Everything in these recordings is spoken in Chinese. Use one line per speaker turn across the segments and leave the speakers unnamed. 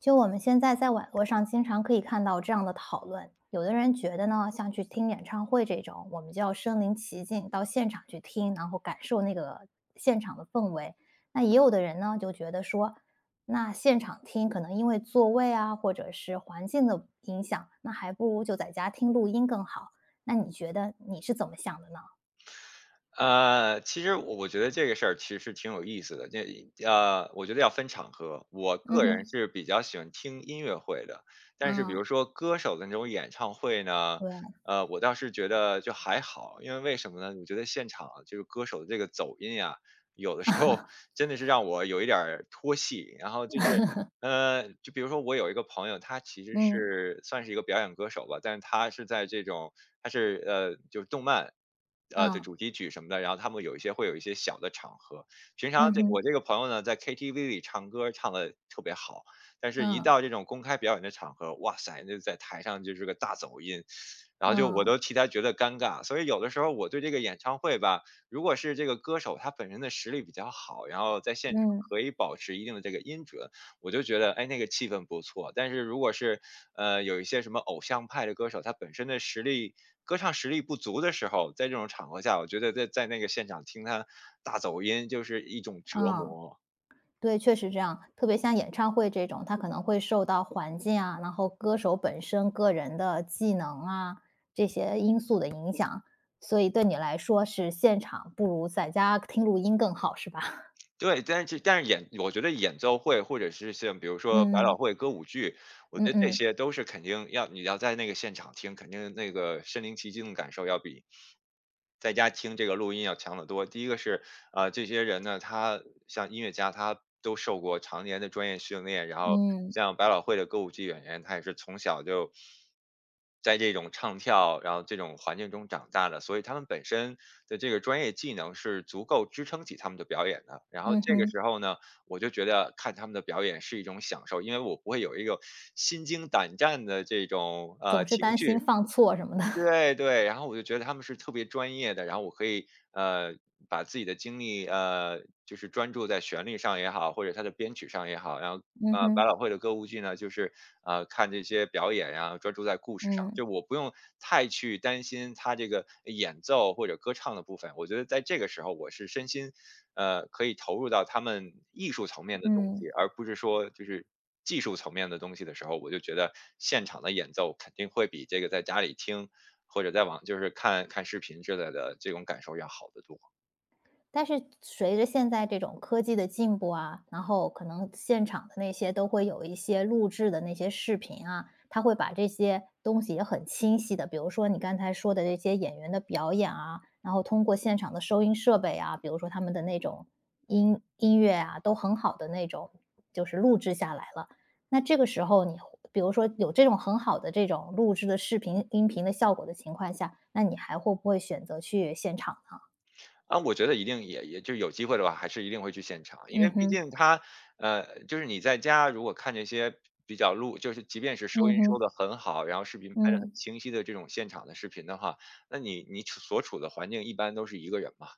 就我们现在在网络上经常可以看到这样的讨论，有的人觉得呢，像去听演唱会这种，我们就要身临其境到现场去听，然后感受那个现场的氛围。那也有的人呢，就觉得说，那现场听可能因为座位啊，或者是环境的影响，那还不如就在家听录音更好。那你觉得你是怎么想的呢？
其实我觉得这个事儿其实是挺有意思的，这我觉得要分场合。我
嗯
个人
哼，
是比较喜欢听音乐会的，但是比
嗯，
如说歌手的那种演唱会呢，
对，
我倒是觉得就还好。因为为什么呢？我觉得现场就是歌手的这个走音呀，有的时候真的是让我有一点儿脱戏。然后就是就比如说我有一个朋友，他其实
嗯，
是算是一个表演歌手吧，但是他是在这种，他是就是动漫的
嗯，
主题曲什么的，然后他们有一些会有一些小的场合。平常
嗯
我
哼，
这个朋友呢，在 KTV 里唱歌唱的特别好，但是一
嗯，
到这种公开表演的场合，哇塞，那在台上就是个大走音，然后就我
嗯，
都替他觉得尴尬。所以有的时候我对这个演唱会吧，如果是这个歌手他本身的实力比较好，然后在现场
嗯，
可以保持一定的这个音准。我就觉得，哎，那个气氛不错。但是如果是，有一些什么偶像派的歌手，他本身的实力歌唱实力不足的时候，在这种场合下，我觉得在那个现场听他大走音就是一种折
嗯。
磨。
对，确实这样。特别像演唱会这种，它可能会受到环境啊，然后歌手本身个人的技能啊，这些因素的影响。所以对你来说是现场不如在家听录音更好，是吧？
对。但是我觉得演奏会或者是像比如说百老
嗯，
汇歌舞剧，我
嗯
觉得这
嗯，
些都是肯定要你要在那个现场听，肯定那个身临其境的感受要比在家听这个录音要强得多。第一个是，这些人呢，他像音乐家，他都受过常年的专业训练。然后
嗯，
像百老汇的歌舞剧演员，他也是从小就在这种唱跳，然后这种环境中长大的，所以他们本身的这个专业技能是足够支撑起他们的表演的。然后
嗯
这个
哼，
时候呢，我就觉得看他们的表演是一种享受，因为我不会有一个心惊胆战的这种
总是
情
担心
绪。
放错什么的。
对，对，然后我就觉得他们是特别专业的，然后我可以把自己的精力就是专注在旋律上也好，或者他的编曲上也好。然后
嗯
百老
哼，
汇的歌舞剧呢，就是看这些表演呀，专注在故事上，
嗯，
就我不用太去担心他这个演奏或者歌唱的部分。我觉得在这个时候我是身心可以投入到他们艺术层面的东
嗯。
西，而不是说就是。技术层面的东西的时候，我就觉得现场的演奏肯定会比这个在家里听，或者在网就是看看视频之类的，这种感受要好得多。
但是随着现在这种科技的进步啊，然后可能现场的那些都会有一些录制的那些视频啊，他会把这些东西也很清晰的，比如说你刚才说的这些演员的表演啊，然后通过现场的收音设备啊，比如说他们的那种音乐啊，都很好的那种，就是录制下来了。那这个时候你会比如说有这种很好的这种录制的视频、音频的效果的情况下，那你还会不会选择去现场呢？
啊，我觉得一定也就有机会的话，还是一定会去现场。因
嗯
为毕
哼，
竟他就是你在家如果看这些比较录就是即便是收
嗯
音收
哼。
的很好，然后视频拍的很
嗯，
清晰的这种现场的视频的话，那你所处的环境一般都是一个人嘛。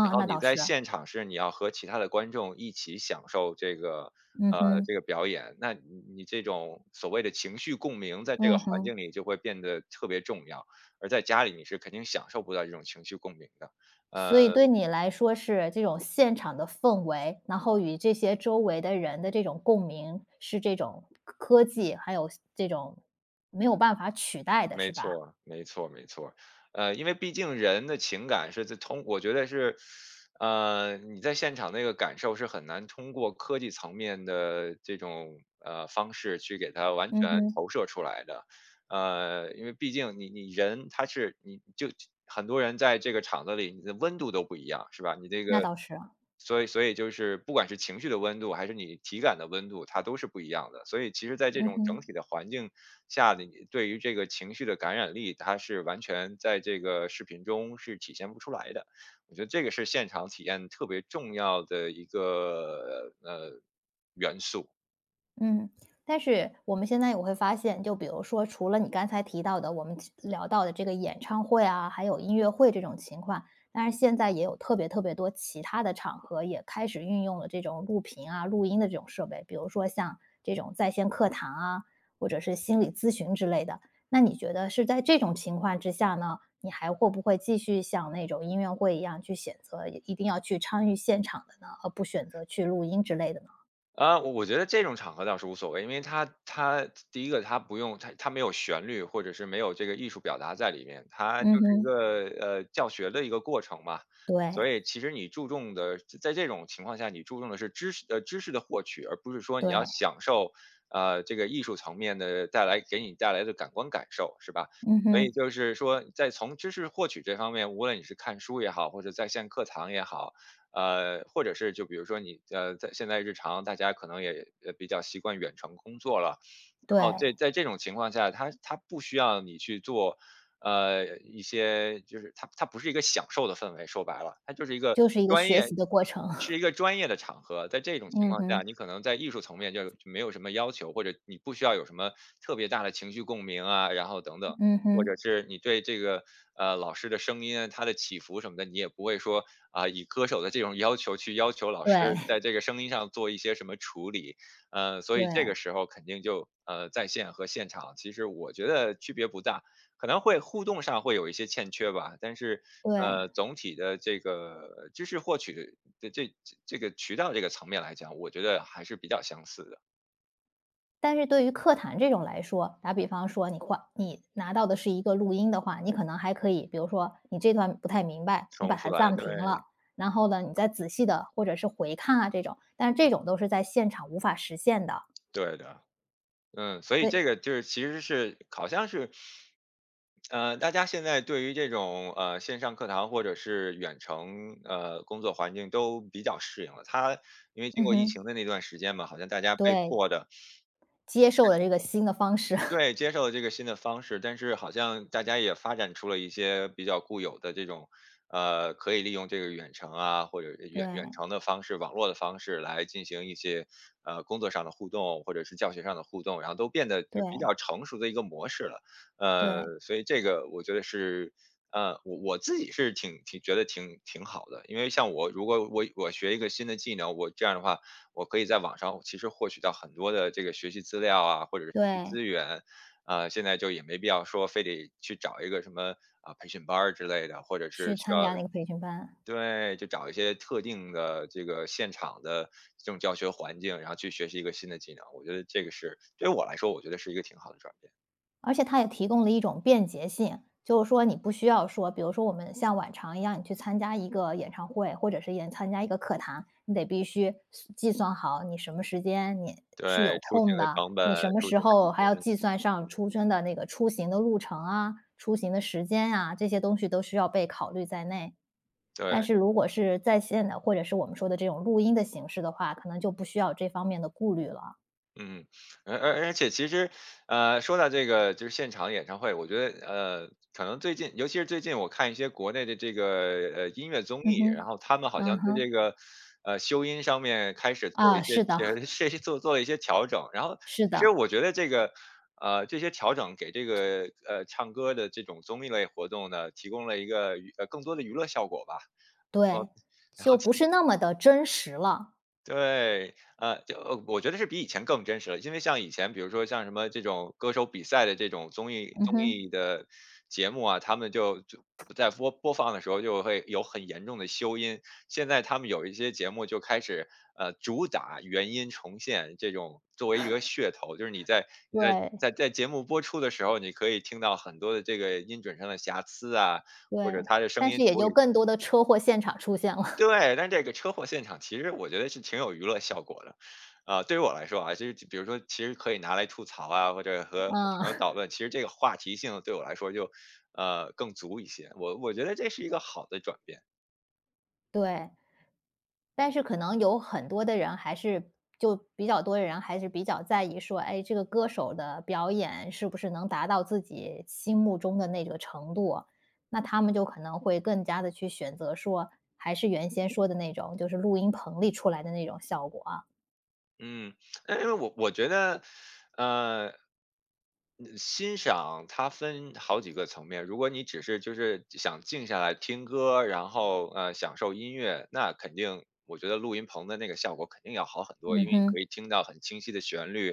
然后
那
你
倒
在
是，
现场是你要和其他的观众一起享受
嗯
呃，这
哼，
个表演，那你这种所谓的情绪共鸣，在这个
嗯
环
哼。
境里就会变得特别重要，而在家里你是肯定享受不到这种情绪共鸣的。呃，
所以对你来说是这种现场的氛围，然后与这些周围的人的这种共鸣，是这种科技，还有这种没有办法取代的，
没
是吧？
错，没错，没错。因为毕竟人的情感是我觉得是，你在现场那个感受是很难通过科技层面的这种，方式去给它完全
嗯哼，
投射出来的。因为毕竟你人他是你就很多人在这个场子里，你的温度都不一样，是吧？你这
那
个，
倒是，
所以就是不管是情绪的温度还是你体感的温度，它都是不一样的。所以其实，在这
嗯
种整
哼。
体的环境下，的，你对于这个情绪的感染力，它是完全在这个视频中是体现不出来的。我觉得这个是现场体验特别重要的一个元素。
嗯，但是我们现在也会发现，就比如说，除了你刚才提到的，我们聊到的这个演唱会啊，还有音乐会这种情况，但是现在也有特别特别多其他的场合也开始运用了这种录屏啊、录音的这种设备，比如说像这种在线课堂啊，或者是心理咨询之类的。那你觉得是在这种情况之下呢，你还会不会继续像那种音乐会一样去选择一定要去参与现场的呢，而不选择去录音之类的呢？
啊，我觉得这种场合倒是无所谓，因为它第一个它不用它没有旋律，或者是没有这个艺术表达在里面，它就
嗯
是一
哼，
个教学的一个过程嘛。所
对。
以其实你注重的，在这种情况下，你注重的是知识的获取，而不是说你要
对，
享受这个艺术层面的带来给你带来的感官感受，是吧？
嗯
所以
哼，
就是说，在从知识获取这方面，无论你是看书也好，或者在线课堂也好，或者是就比如说你在现在日常大家可能也比较习惯远程工作了。哦，
对，
在这种情况下，它不需要你去做，一些就是它不是一个享受的氛围。说白了，它就是一个
就是一个
专
学
业
习的过程。
是一 个专业的场合。在这种情
嗯
况下，
哼，
你可能在艺术层面就没有什么要求，或者你不需要有什么特别大的情绪共鸣啊，然后等等。
嗯
或者
哼，
是你对这个老师的声音啊，他的起伏什么的，你也不会说啊、以歌手的这种要求去要求老师
对，
在这个声音上做一些什么处理。所以这
对，
个时候肯定就在线和现场，其实我觉得区别不大，可能会互动上会有一些欠缺吧。但是
对。
总体的这个知识获取的这个渠道这个层面来讲，我觉得还是比较相似的。
但是对于课堂这种来说，打比方说你换你拿到的是一个录音的话，你可能还可以，比如说你这段不太明白，你把
重复
它
来，
暂停
对。
了，然后呢，你再仔细的或者是回看啊这种，但是这种都是在现场无法实现的。
对的。嗯，所以
对，
这个就是其实是好像是，大家现在对于这种线上课堂或者是远程工作环境都比较适应了。它因为经
嗯
过疫情
哼，
的那段时间嘛，好像大家被
对，
迫的，
接受了这个新的方式，
对，接受了这个新的方式。但是好像大家也发展出了一些比较固有的这种，可以利用这个远程啊，或者远远
对，
程的方式、网络的方式来进行一些，工作上的互动，或者是教学上的互动，然后都变得就
对，
比较成熟的一个模式了。
对，
所以这个我觉得是，我自己是挺觉得挺好的，因为像我如果我学一个新的技能，我这样的话，我可以在网上其实获取到很多的这个学习资料啊，或者是学习
对，
资源。啊，现在就也没必要说非得去找一个什么啊培训班儿之类的，或者是
去
需
参
要，
加那个培训班。
对，就找一些特定的这个现场的这种教学环境，然后去学习一个新的技能。我觉得这个是对于我来说，我觉得是一个挺好的转变。
而且它也提供了一种便捷性，就是说你不需要说，比如说我们像往常一样，你去参加一个演唱会，或者是演参加一个课堂，你得必须计算好你什么时间你是有
对，出行
空
的
的，
成本，
你什么
出
时
行的时
候还要
间，
计算上出生的那个出行的路程啊、出行的时间啊，这些东西都需要被考虑在内。但
对。
是如果是在线的，或者是我们说的这种录音的形式的话，可能就不需要这方面的顾虑了。
嗯，而且其实，说到这个就是现场演唱会，我觉得可能最近，尤其是最近我看一些国内的这个音乐综
嗯
艺，然
哼，
后他们好像
嗯
对这
哼，
个修音上面开始做了一
啊，是的，
些是做了一些调整，然后
是
其实
的。
我觉得这个这些调整给这个唱歌的这种综艺类活动呢，提供了一个更多的娱乐效果吧。哦，
对，
然
就
后
不是那么的真实了。
对，就我觉得是比以前更真实了，因为像以前，比如说像什么这种歌手比赛的这种综艺
嗯
综
哼，
艺的节目啊，他们就在播放的时候就会有很严重的修音。现在他们有一些节目就开始主打原音重现这种作为一个噱头，就是你在你在
对，
在在节目播出的时候，你可以听到很多的这个音准上的瑕疵啊，或者
对，
他的声
但
音
是也
处
就
理。
更多的车祸现场出现了。
对，但这个车祸现场其实我觉得是挺有娱乐效果的。啊，对于我来说啊，就是比如说其实可以拿来吐槽啊，或者和 朋友
嗯，
讨论，其实这个话题性对我来说就，更足一些。我觉得这是一个好的转变。
对，但是可能有很多的人还是就比较多的人还是比较在意说，哎，这个歌手的表演是不是能达到自己心目中的那个程度，那他们就可能会更加的去选择说，还是原先说的那种，就是录音棚里出来的那种效果啊。
嗯，哎因为我觉得，呃，嗯欣赏它分好几个层面。如果你只是就是想静下来听歌，然后享受音乐，那肯定我觉得录音棚的那个效果肯定要好很多，因
嗯
为你可
哼，
以听到很清晰的旋律，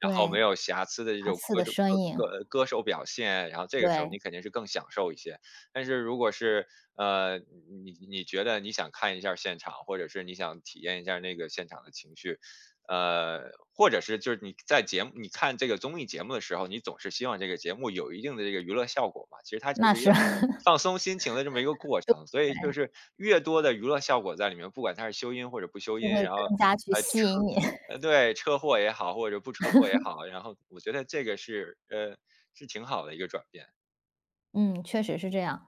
然后没
对，
有瑕疵的这
好
种
刺
歌
的
手
声
歌
音，
歌歌手表现，然后这个时候你
对。
肯定是更享受一些。但是如果是呃你觉得你想看一下儿现场，或者是你想体验一下儿那个现场的情绪，或者是就是你在节目你看这个综艺节目的时候，你总是希望这个节目有一定的这个娱乐效果嘛，其实它就
那
是一
是，
个 放松心情的这么一个过程。所以就
对，
是越多的娱乐效果在里面，不管它是修音或者不修
就
音，
会
然后
更加去吸引你。
对，车祸也好，或者不车祸也好，然后我觉得这个是挺好的一个转变。
嗯，确实是这样。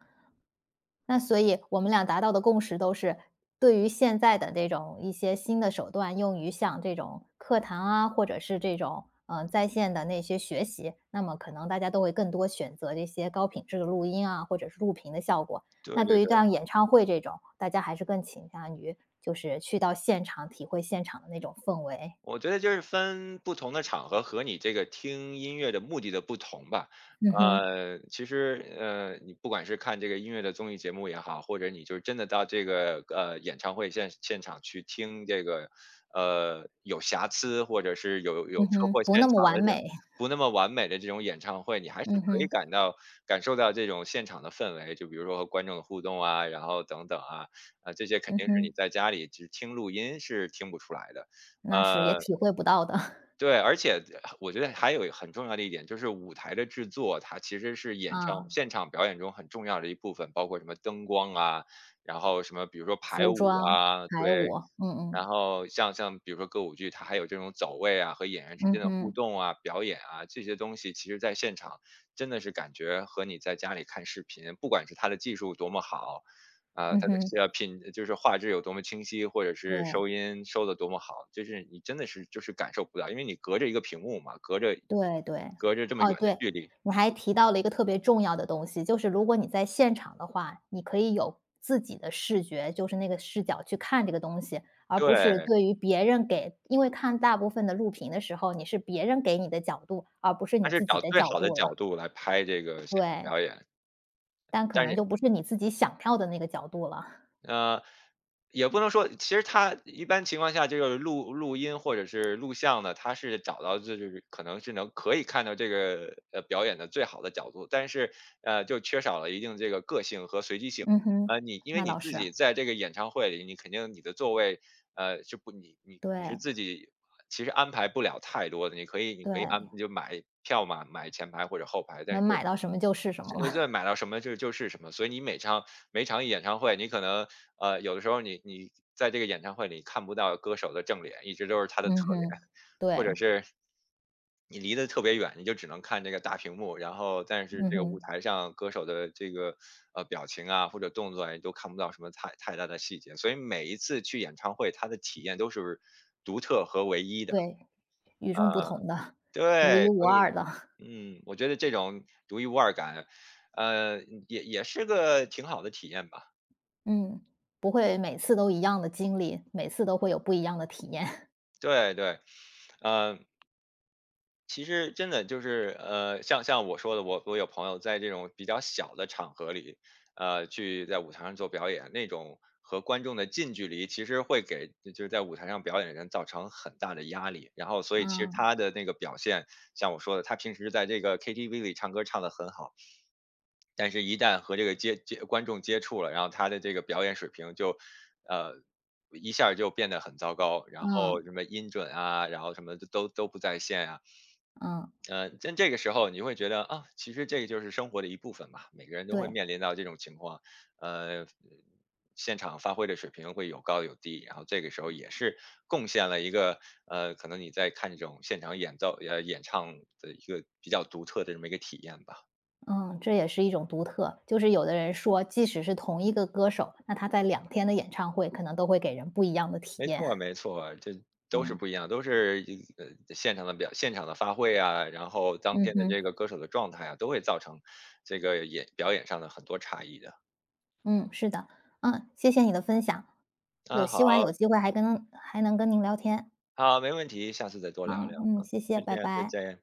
那所以我们俩达到的共识都是，对于现在的这种一些新的手段，用于像这种课堂啊，或者是这种，在线的那些学习，那么可能大家都会更多选择这些高品质的录音啊，或者是录屏的效果。
对
那
对
对于像
对。
演唱会这种，大家还是更倾向于就是去到现场体会现场的那种氛围。
我觉得就是分不同的场合和你这个听音乐的目的的不同吧。
嗯哼，
其实你不管是看这个音乐的综艺节目也好，或者你就真的到这个演唱会现场去听这个有瑕疵或者是有
嗯
车祸
哼，
现
不那么
场
完
的这种
美。
不那么完美的这种演唱会，你还是
嗯
可以
哼，
感受到这种现场的氛围，就比如说和观众的互动啊，然后等等啊，啊、这些肯
嗯
定是你
哼。
在家里只听录音是听不出来的。
那是也
呃，
体会不到的，
对，而且我觉得还有很重要的一点，就是舞台的制作，它其实是演唱
啊，
现场表演中很重要的一部分，包括什么灯光啊，然后什么比如说排
服
舞
装、
啊。
排
对，
舞，嗯
然
嗯，
后像比如说歌舞剧，它还有这种走位啊和演员之
嗯
间的互
哼，
动啊、表演啊这些东西，其实在现场真的是感觉和你在家里看视频，不管是它的技术多么好，啊、
嗯
它
哼，
的就是画质有多么清晰，或者
对，
是收音收的多么好，就是你真的是就是感受不到，因为你隔着一个屏幕嘛，隔着
对对。
隔着这么
哦，
远的
对，
距离。
你还提到了一个特别重要的东西，就是如果你在现场的话，你可以有自己的视觉，就是那个视角去看这个东西，而不
对，
是对于别人给因为看大部分的录屏的时候，你是别人给你的角度，而不是
它
你
是
自己
找
的
最
角
好的
度了，
角度来拍这个现场
对，
表演。
但可
但
能
是
就不是你自己想要的那个角度了，
呃，也不能说，其实它一般情况下这个录音或者是录像呢，它是找到就是可能是可以看到这个表演的最好的角度，但是就缺少了一定这个个性和随机性。
嗯哼，
你因为
那
你
倒
自
是，
己在这个演唱会里，你肯定你的座位呃是不你是
对。
自己其实安排不了太多的。你可以
对，
就买票嘛，买前排或者后排，但是
能买到什么就是什么
就
了。
买到什么就是什么，所以你每场演唱会，你可能有的时候你在这个演唱会里看不到歌手的正脸，一直都是他 的
嗯
侧脸，
哼，
或者
对，
是你离得特别远，你就只能看这个大屏幕，然后但是
嗯
这个舞
哼，
台上歌手的这个表情啊或者动作啊，你都看不到什么太大的细节，所以每一次去演唱会，他的体验都是独特和唯一的。
对，与众不同的，独
对，
一无
所以
二的，
我觉得这种独一无二感，呃，也是个挺好的体验吧。
嗯，不会每次都一样的经历，每次都会有不一样的体验。
对对，呃，其实真的就是，像我说的，我有朋友在这种比较小的场合里，去在舞台上做表演，那种和观众的近距离，其实会给就是在舞台上表演的人造成很大的压力。然后，所 以其实
嗯，
他的那个表现，像我说的，他平时在这个 KTV 里唱歌唱得很好，但是一旦和这个接观众接触了，然后他的这个表演水平就，呃，一下儿就变得很糟糕，然后
嗯，
什么音准啊，然后什么都不在线啊。
嗯，
在这个时候你会觉得啊，其实这个就是生活的一部分嘛，每个人都会
对，
面临到这种情况，呃，现场发挥的水平会有高有低，然后这个时候也是贡献了一个可能你在看这种现场演唱的一个比较独特的这么一个体验吧。
嗯，这也是一种独特。就是有的人说，即使是同一个歌手，那他在两天的演唱会可能都会给人不一样的体
没错，
验。
没错，这都是
嗯，
不一样，都是现场的发挥啊，然后当
嗯
天的
哼，
这个歌手的状态啊，都会造成这个表演上的很多差异的。
嗯，是的，嗯，谢谢你的分享，有
啊，好。
希望有机会还跟还能跟您聊天。
好，没问题，下次再多聊
好，
聊，
嗯，谢谢，
就这
拜
样，再
拜。
见。